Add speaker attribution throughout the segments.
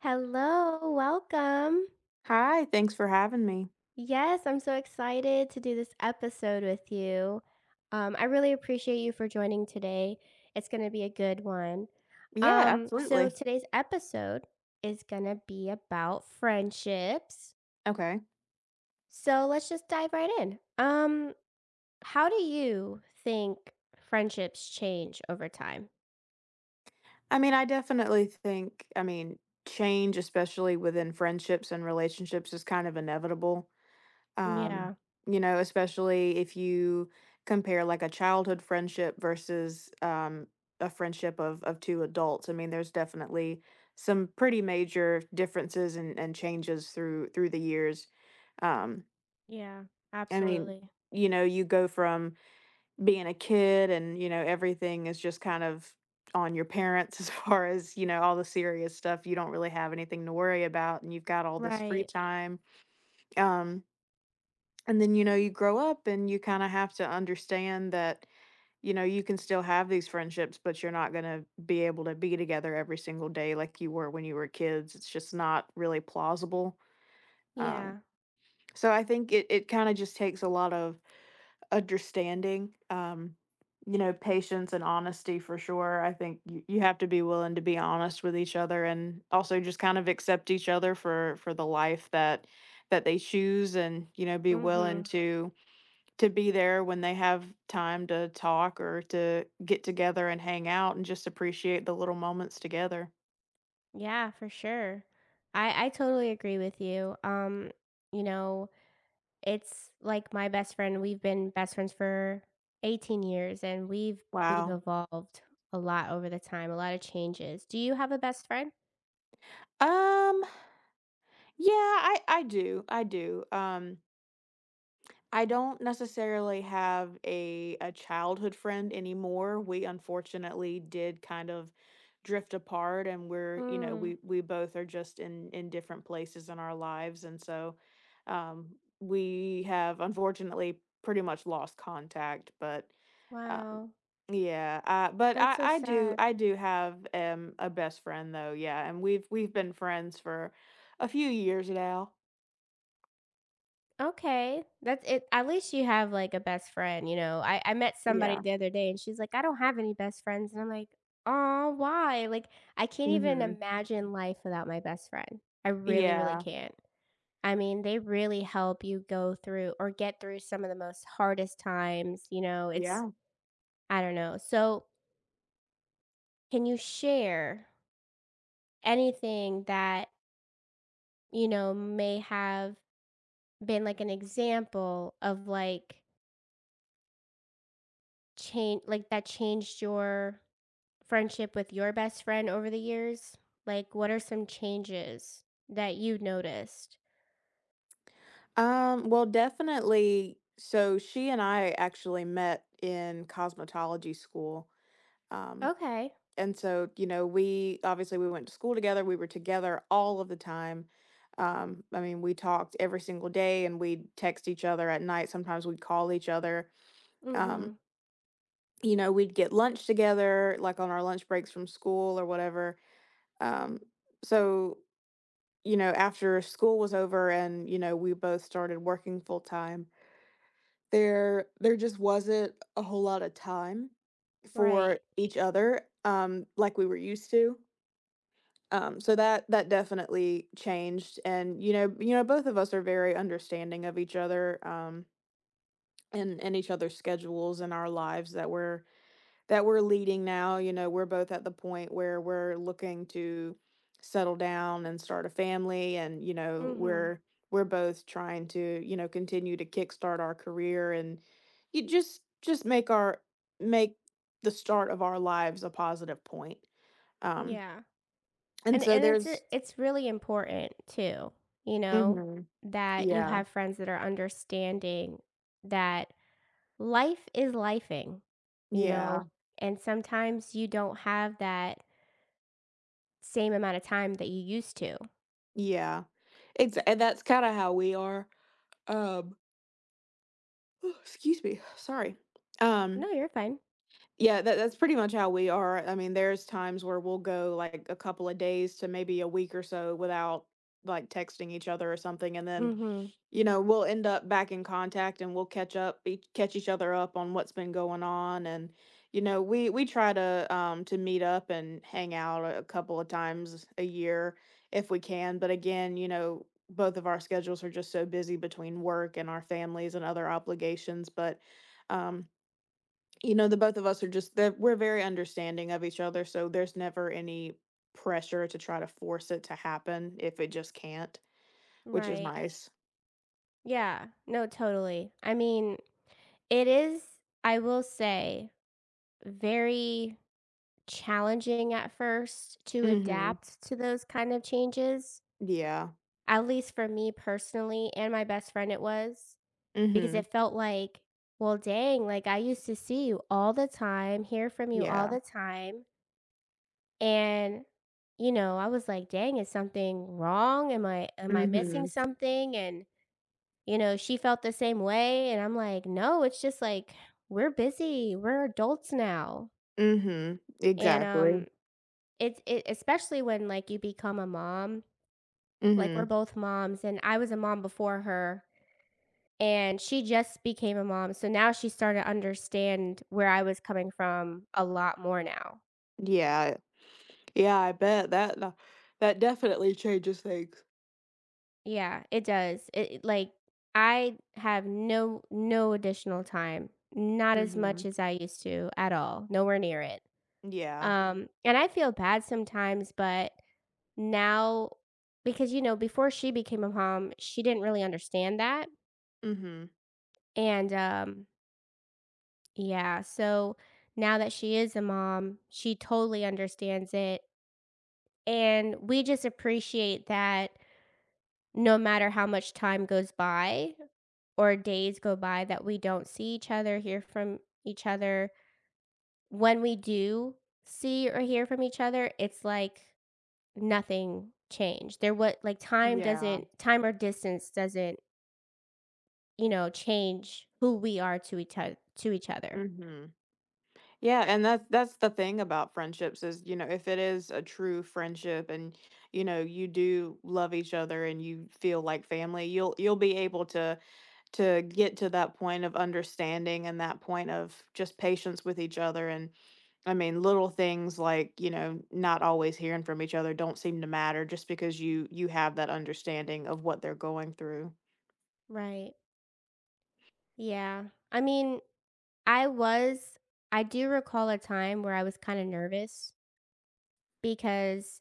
Speaker 1: Hello, welcome.
Speaker 2: Hi, thanks for having me.
Speaker 1: Yes, I'm so excited to do this episode with you. I really appreciate you for joining today. It's going to be a good one.
Speaker 2: Yeah,
Speaker 1: So
Speaker 2: absolutely.
Speaker 1: today's episode is going to be about friendships.
Speaker 2: Okay.
Speaker 1: So let's just dive right in. How do you think friendships change over time?
Speaker 2: I mean, I definitely think, change, especially within friendships and relationships, is kind of inevitable. Um,
Speaker 1: Yeah,
Speaker 2: you know, especially if you compare like a childhood friendship versus a friendship of two adults. I mean, there's definitely some pretty major differences and, changes through the years. Um,
Speaker 1: yeah,
Speaker 2: I mean,
Speaker 1: absolutely.
Speaker 2: you know, you go from being a kid, and you know everything is just kind of on your parents as far as, you know, all the serious stuff. You don't really have anything to worry about, and you've got all this free
Speaker 1: Right.
Speaker 2: time. um and then, you know, you grow up and you kind of have to understand that, you know, you can still have these friendships, but you're not going to be able to be together every single day like you were when you were kids. It's just not really plausible. um
Speaker 1: Yeah.
Speaker 2: so I think it kind of just takes a lot of understanding, you know, patience and honesty for sure. I think you have to be willing to be honest with each other, and also just kind of accept each other for the life that they choose and, you know, be willing
Speaker 1: Mhm.
Speaker 2: to be there when they have time to talk or to get together and hang out, and just appreciate the little moments together.
Speaker 1: Yeah, for sure. I totally agree with you. You know, it's like my best friend, we've been best friends for 18 years, and we've
Speaker 2: Wow.
Speaker 1: evolved a lot over the time, a lot of changes. Do you have a best friend?
Speaker 2: Um yeah, I do. I do. I don't necessarily have a childhood friend anymore. We unfortunately did kind of drift apart, and we're, you know,
Speaker 1: Mm,
Speaker 2: we both are just in different places in our lives, and so we have unfortunately pretty much lost contact, but um
Speaker 1: wow.
Speaker 2: yeah, but
Speaker 1: That's so
Speaker 2: I do,
Speaker 1: sad.
Speaker 2: I do have a best friend though. Yeah, and we've been friends for a few years now.
Speaker 1: Okay, that's it, at least you have, like, a best friend, you know? I met somebody
Speaker 2: Yeah.
Speaker 1: the other day, and she's like, "I don't have any best friends," and I'm like, "Oh, why?" Like, I can't even
Speaker 2: Mhm.
Speaker 1: imagine life without my best friend. I really, really
Speaker 2: Yeah.
Speaker 1: can't. I mean, they really help you go through or get through some of the most hardest times, you know? It's
Speaker 2: Yeah.
Speaker 1: I don't know. So, can you share anything that, you know, may have been, like, an example of, like, change, like, that changed your friendship with your best friend over the years? Like, what are some changes that you noticed?
Speaker 2: Well, definitely. So she and I actually met in cosmetology school. Um,
Speaker 1: Okay.
Speaker 2: and so, you know, we went to school together. We were together all of the time. I mean, we talked every single day, and we'd text each other at night. Sometimes we'd call each other. Um,
Speaker 1: Mhm.
Speaker 2: you know, we'd get lunch together, like on our lunch breaks from school or whatever. Um, so, you know, after school was over and, you know, we both started working full time, there just wasn't a whole lot of time
Speaker 1: Right.
Speaker 2: for each other, like we were used to. So that definitely changed. And, you know, both of us are very understanding of each other, and each other's schedules, and our lives that we're leading now. You know, we're both at the point where we're looking to settle down and start a family. And you know,
Speaker 1: Mhm.
Speaker 2: we're both trying to, you know, continue to kickstart our career, and you just make our make the start of our lives a positive point. Um
Speaker 1: Yeah.
Speaker 2: and
Speaker 1: And
Speaker 2: so
Speaker 1: and it's
Speaker 2: there's,
Speaker 1: it's really important too, you know,
Speaker 2: mhm,
Speaker 1: that you
Speaker 2: yeah.
Speaker 1: have friends that are understanding that life is lifing, you
Speaker 2: Yeah.
Speaker 1: know, and sometimes you don't have that same amount of time that you used to.
Speaker 2: Yeah. Exa and that's kinda how we are. Um excuse me, sorry. Um
Speaker 1: No, you're fine.
Speaker 2: Yeah, that's pretty much how we are. I mean, there's times where we'll go like a couple of days to maybe a week or so without like texting each other or something, and then
Speaker 1: Mhm.
Speaker 2: you know we'll end up back in contact and we'll catch up, catch each other up on what's been going on. And you know we try to meet up and hang out a couple of times a year if we can. But again, you know, both of our schedules are just so busy between work and our families and other obligations, but. Um, you know, the both of us are just that we're very understanding of each other, so there's never any pressure to try to force it to happen if it just can't, which is
Speaker 1: Right.
Speaker 2: nice.
Speaker 1: Yeah. No, totally. I mean, it is, I will say, very challenging at first to
Speaker 2: Mhm.
Speaker 1: adapt to those kind of changes.
Speaker 2: Yeah.
Speaker 1: At least for me personally and my best friend, it was because
Speaker 2: Mhm.
Speaker 1: it felt like, well, dang, like I used to see you all the time, hear from you all
Speaker 2: Yeah.
Speaker 1: the time. And, you know, I was like, dang, is something wrong? Am I missing
Speaker 2: Mhm.
Speaker 1: something? And, you know, she felt the same way, and I'm like, "No, it's just, like, we're busy, we're adults now."
Speaker 2: Mhm.
Speaker 1: And,
Speaker 2: Exactly.
Speaker 1: it's it especially when, like, you become a mom, like, we're
Speaker 2: Mhm.
Speaker 1: both moms, and I was a mom before her, and she just became a mom, so now she started to understand where I was coming from a lot more now.
Speaker 2: Yeah. Yeah, I bet that that definitely changes things.
Speaker 1: Yeah, it does. It like, I have no additional time, not as much
Speaker 2: Mhm.
Speaker 1: as I used to at all, nowhere near it.
Speaker 2: Yeah.
Speaker 1: And I feel bad sometimes, but now because, you know, before she became a mom, she didn't really understand that.
Speaker 2: Mhm.
Speaker 1: And yeah, so now that she is a mom, she totally understands it. And we just appreciate that no matter how much time goes by or days go by that we don't see each other, hear from each other, when we do see or hear from each other, it's like nothing changed. There what like, time
Speaker 2: Yeah.
Speaker 1: doesn't time or distance doesn't, you know, change who we are to each other.
Speaker 2: Mhm. Yeah, and that's the thing about friendships. Is, you know, if it is a true friendship and, you know, you do love each other and you feel like family, you'll be able to get to that point of understanding, and that point of just patience with each other. And I mean, little things like, you know, not always hearing from each other don't seem to matter, just because you have that understanding of what they're going through.
Speaker 1: Right. Yeah. I mean, I was I do recall a time where I was kinda nervous because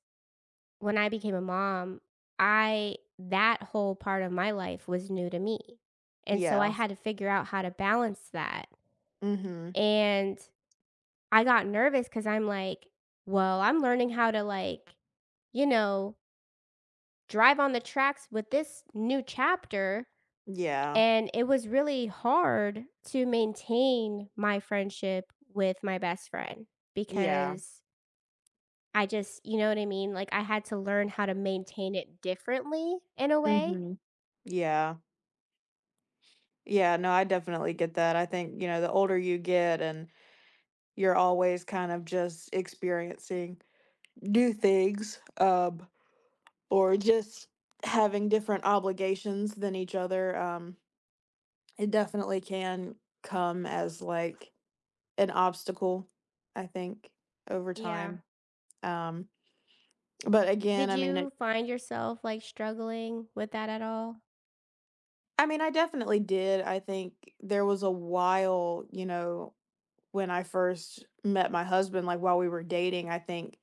Speaker 1: when I became a mom, I that whole part of my life was new to me, and so I
Speaker 2: Yeah.
Speaker 1: had to figure out how to balance that,
Speaker 2: Mhm.
Speaker 1: and I got nervous because 'cause I'm like, "Well, I'm learning how to, like, you know, drive on the tracks with this new chapter,"
Speaker 2: Yeah.
Speaker 1: and it was really hard to maintain my friendship with my best friend
Speaker 2: Yeah.
Speaker 1: because I just you know what I mean? Like, I had to learn how to maintain it differently in a way.
Speaker 2: Mhm. Yeah. Yeah, no, I definitely get that. I think, you know, the older you get and you're always kind of just experiencing new things, or just having different obligations than each other, it definitely can come as like an obstacle, I think, over
Speaker 1: Yeah.
Speaker 2: time. Um, but again,
Speaker 1: Did
Speaker 2: I mean,
Speaker 1: you
Speaker 2: it,
Speaker 1: find yourself, like, struggling with that at all?
Speaker 2: I mean, I definitely did. I think there was a while, you know, when I first met my husband, like while we were dating, I think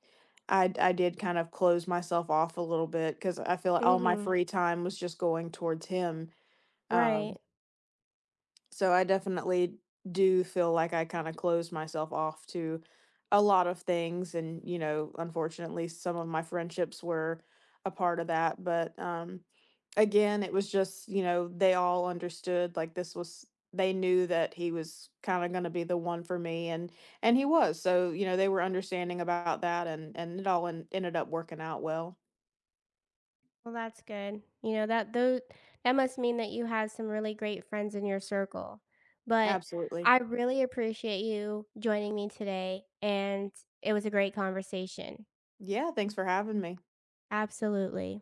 Speaker 2: I did kind of close myself off a little bit, because I feel like all my
Speaker 1: Mhm.
Speaker 2: free time was just going towards him. Um,
Speaker 1: Right.
Speaker 2: so I definitely do feel like I kinda closed myself off to a lot of things. And, you know, unfortunately, some of my friendships were a part of that. But, again, it was just, you know, they all understood. Like, this was they knew that he was kinda gonna be the one for me, and he was. So, you know, they were understanding about that. And it all en ended up working out well.
Speaker 1: Well, that's good. You know, that though that must mean that you have some really great friends in your circle. But
Speaker 2: Absolutely.
Speaker 1: I really appreciate you joining me today and it was a great conversation.
Speaker 2: Yeah, thanks for having me.
Speaker 1: Absolutely.